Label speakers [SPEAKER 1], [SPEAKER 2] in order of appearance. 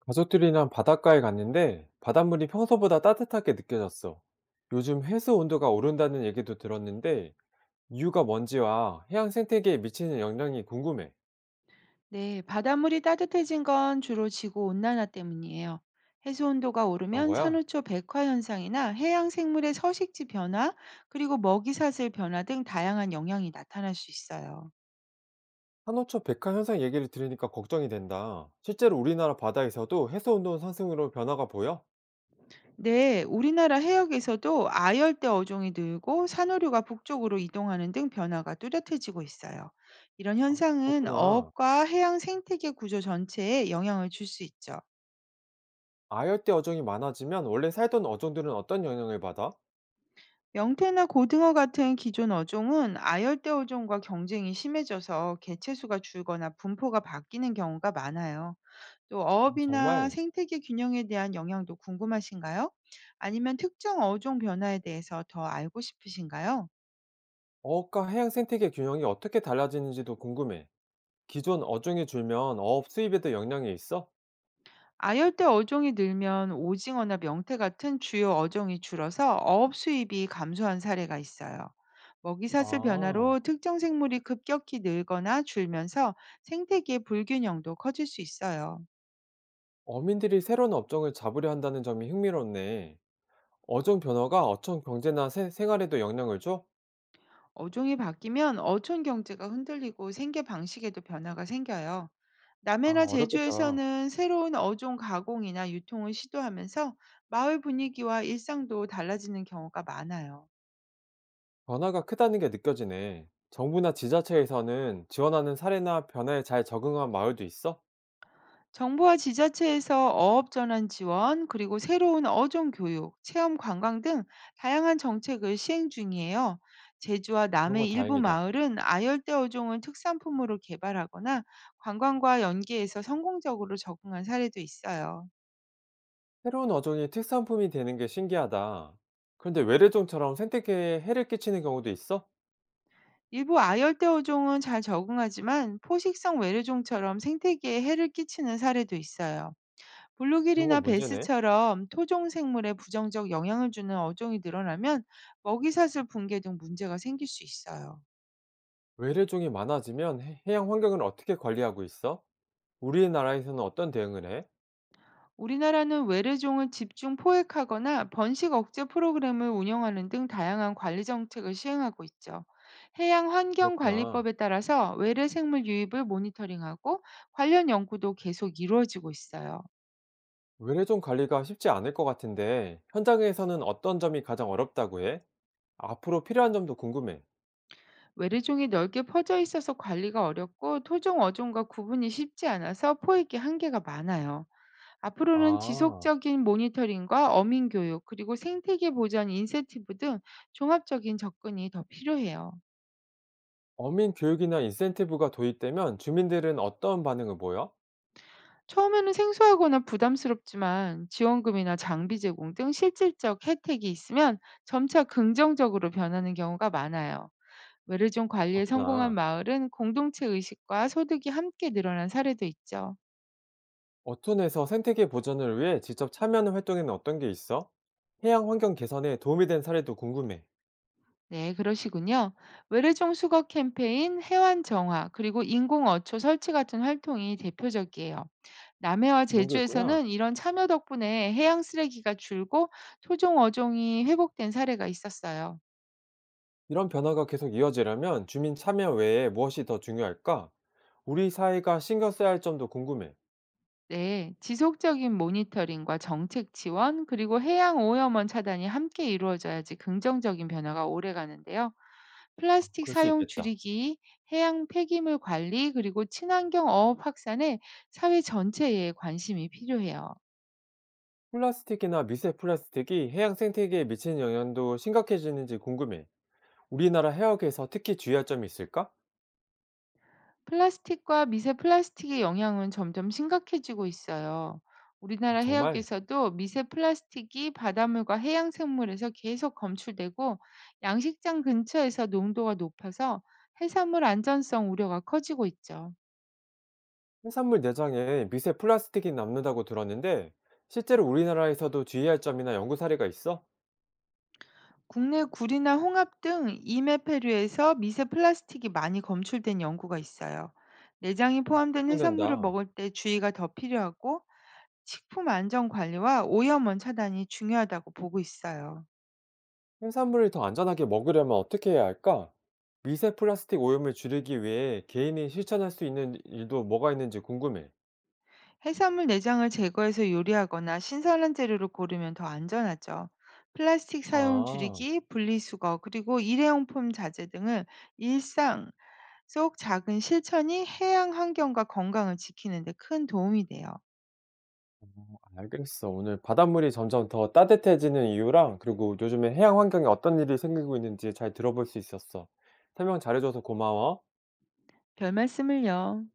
[SPEAKER 1] 가족들이랑 바닷가에 갔는데 바닷물이 평소보다 따뜻하게 느껴졌어. 요즘 해수 온도가 오른다는 얘기도 들었는데 이유가 뭔지와 해양 생태계에 미치는 영향이 궁금해.
[SPEAKER 2] 네, 바닷물이 따뜻해진 건 주로 지구 온난화 때문이에요. 해수 온도가
[SPEAKER 1] 그런
[SPEAKER 2] 오르면
[SPEAKER 1] 거야?
[SPEAKER 2] 산호초 백화 현상이나 해양 생물의 서식지 변화, 그리고 먹이 사슬 변화 등 다양한 영향이 나타날 수 있어요.
[SPEAKER 1] 산호초 백화 현상 얘기를 들으니까 걱정이 된다. 실제로 우리나라 바다에서도 해수 온도 상승으로 변화가 보여?
[SPEAKER 2] 네, 우리나라 해역에서도 아열대 어종이 늘고 산호류가 북쪽으로 이동하는 등 변화가 뚜렷해지고 있어요. 이런 현상은
[SPEAKER 1] 그렇구나.
[SPEAKER 2] 어업과 해양 생태계 구조 전체에 영향을 줄 수 있죠.
[SPEAKER 1] 아열대 어종이 많아지면 원래 살던 어종들은 어떤 영향을 받아?
[SPEAKER 2] 영태나 고등어 같은 기존 어종은 아열대 어종과 경쟁이 심해져서 개체수가 줄거나 분포가 바뀌는 경우가 많아요. 또
[SPEAKER 1] 아,
[SPEAKER 2] 어업이나
[SPEAKER 1] 정말.
[SPEAKER 2] 생태계 균형에 대한 영향도 궁금하신가요? 아니면 특정 어종 변화에 대해서 더 알고 싶으신가요?
[SPEAKER 1] 어업과 해양 생태계 균형이 어떻게 달라지는지도 궁금해. 기존 어종이 줄면 어업 수입에도 영향이 있어?
[SPEAKER 2] 아열대 어종이 늘면 오징어나 명태 같은 주요 어종이 줄어서 어업 수입이 감소한 사례가 있어요. 먹이사슬
[SPEAKER 1] 아.
[SPEAKER 2] 변화로 특정 생물이 급격히 늘거나 줄면서 생태계 불균형도 커질 수 있어요.
[SPEAKER 1] 어민들이 새로운 업종을 잡으려 한다는 점이 흥미롭네. 어종 변화가 어촌 경제나 생활에도 영향을 줘?
[SPEAKER 2] 어종이 바뀌면 어촌 경제가 흔들리고 생계 방식에도 변화가 생겨요.
[SPEAKER 1] 아,
[SPEAKER 2] 남해나
[SPEAKER 1] 어렵겠다.
[SPEAKER 2] 제주에서는 새로운 어종 가공이나 유통을 시도하면서 마을 분위기와 일상도 달라지는 경우가 많아요.
[SPEAKER 1] 변화가 크다는 게 느껴지네. 정부나 지자체에서는 지원하는 사례나 변화에 잘 적응한 마을도 있어?
[SPEAKER 2] 정부와 지자체에서 어업 전환 지원, 그리고 새로운 어종 교육, 체험 관광 등 다양한 정책을 시행 중이에요. 제주와
[SPEAKER 1] 그런
[SPEAKER 2] 남해
[SPEAKER 1] 건
[SPEAKER 2] 일부
[SPEAKER 1] 다행이다.
[SPEAKER 2] 마을은 아열대 어종을 특산품으로 개발하거나 관광과 연계해서 성공적으로 적응한 사례도 있어요.
[SPEAKER 1] 새로운 어종이 특산품이 되는 게 신기하다. 그런데 외래종처럼 생태계에 해를 끼치는 경우도 있어?
[SPEAKER 2] 일부 아열대 어종은 잘 적응하지만 포식성 외래종처럼 생태계에 해를 끼치는 사례도 있어요.
[SPEAKER 1] 그런
[SPEAKER 2] 블루길이나
[SPEAKER 1] 건 문제네.
[SPEAKER 2] 베스처럼 토종 생물에 부정적 영향을 주는 어종이 늘어나면 먹이사슬 붕괴 등 문제가 생길 수 있어요.
[SPEAKER 1] 외래종이 많아지면 해양 환경을 어떻게 관리하고 있어? 우리나라에서는 어떤 대응을 해?
[SPEAKER 2] 우리나라는 외래종을 집중 포획하거나 번식 억제 프로그램을 운영하는 등 다양한 관리 정책을 시행하고 있죠. 해양 환경
[SPEAKER 1] 그렇구나.
[SPEAKER 2] 관리법에 따라서 외래 생물 유입을 모니터링하고 관련 연구도 계속 이루어지고 있어요.
[SPEAKER 1] 외래종 관리가 쉽지 않을 것 같은데, 현장에서는 어떤 점이 가장 어렵다고 해? 앞으로 필요한 점도 궁금해.
[SPEAKER 2] 외래종이 넓게 퍼져 있어서 관리가 어렵고 토종 어종과 구분이 쉽지 않아서 포획이 한계가 많아요. 앞으로는
[SPEAKER 1] 아,
[SPEAKER 2] 지속적인 모니터링과 어민 교육, 그리고 생태계 보전 인센티브 등 종합적인 접근이 더 필요해요.
[SPEAKER 1] 어민 교육이나 인센티브가 도입되면 주민들은 어떤 반응을 보여?
[SPEAKER 2] 처음에는 생소하거나 부담스럽지만 지원금이나 장비 제공 등 실질적 혜택이 있으면 점차 긍정적으로 변하는 경우가 많아요. 외래종 관리에 성공한
[SPEAKER 1] 그렇구나.
[SPEAKER 2] 마을은 공동체 의식과 소득이 함께 늘어난 사례도 있죠.
[SPEAKER 1] 어촌에서 생태계 보전을 위해 직접 참여하는 활동에는 어떤 게 있어? 해양 환경 개선에 도움이 된 사례도 궁금해.
[SPEAKER 2] 네, 그러시군요. 외래종 수거 캠페인, 해완 정화, 그리고 인공 어초 설치 같은 활동이 대표적이에요. 남해와
[SPEAKER 1] 그런 게 있구나.
[SPEAKER 2] 제주에서는 이런 참여 덕분에 해양 쓰레기가 줄고 토종 어종이 회복된 사례가 있었어요.
[SPEAKER 1] 이런 변화가 계속 이어지려면 주민 참여 외에 무엇이 더 중요할까? 우리 사회가 신경 써야 할 점도 궁금해.
[SPEAKER 2] 네, 지속적인 모니터링과 정책 지원, 그리고 해양 오염원 차단이 함께 이루어져야지 긍정적인 변화가 오래 가는데요. 플라스틱
[SPEAKER 1] 그럴 수
[SPEAKER 2] 사용
[SPEAKER 1] 있겠다.
[SPEAKER 2] 줄이기, 해양 폐기물 관리, 그리고 친환경 어업 확산에 사회 전체의 관심이 필요해요.
[SPEAKER 1] 플라스틱이나 미세 플라스틱이 해양 생태계에 미치는 영향도 심각해지는지 궁금해. 우리나라 해역에서 특히 주의할 점이 있을까?
[SPEAKER 2] 플라스틱과 미세 플라스틱의 영향은 점점 심각해지고 있어요.
[SPEAKER 1] 아,
[SPEAKER 2] 우리나라
[SPEAKER 1] 정말.
[SPEAKER 2] 해역에서도 미세 플라스틱이 바닷물과 해양 생물에서 계속 검출되고 양식장 근처에서 농도가 높아서 해산물 안전성 우려가 커지고 있죠.
[SPEAKER 1] 해산물 내장에 미세 플라스틱이 남는다고 들었는데 실제로 우리나라에서도 주의할 점이나 연구 사례가 있어?
[SPEAKER 2] 국내 구리나 홍합 등 이메페류에서 미세 플라스틱이 많이 검출된 연구가 있어요. 내장이 포함된 해산물을
[SPEAKER 1] 걱정된다.
[SPEAKER 2] 먹을 때 주의가 더 필요하고 식품 안전 관리와 오염원 차단이 중요하다고 보고 있어요.
[SPEAKER 1] 해산물을 더 안전하게 먹으려면 어떻게 해야 할까? 미세 플라스틱 오염을 줄이기 위해 개인이 실천할 수 있는 일도 뭐가 있는지 궁금해.
[SPEAKER 2] 해산물 내장을 제거해서 요리하거나 신선한 재료를 고르면 더 안전하죠. 플라스틱 사용
[SPEAKER 1] 아.
[SPEAKER 2] 줄이기, 분리수거, 그리고 일회용품 자재 등을 일상 속 작은 실천이 해양 환경과 건강을 지키는 데 큰 도움이 돼요.
[SPEAKER 1] 알겠어. 오늘 바닷물이 점점 더 따뜻해지는 이유랑 그리고 요즘에 해양 환경에 어떤 일이 생기고 있는지 잘 들어볼 수 있었어. 설명 잘해줘서 고마워.
[SPEAKER 2] 별 말씀을요.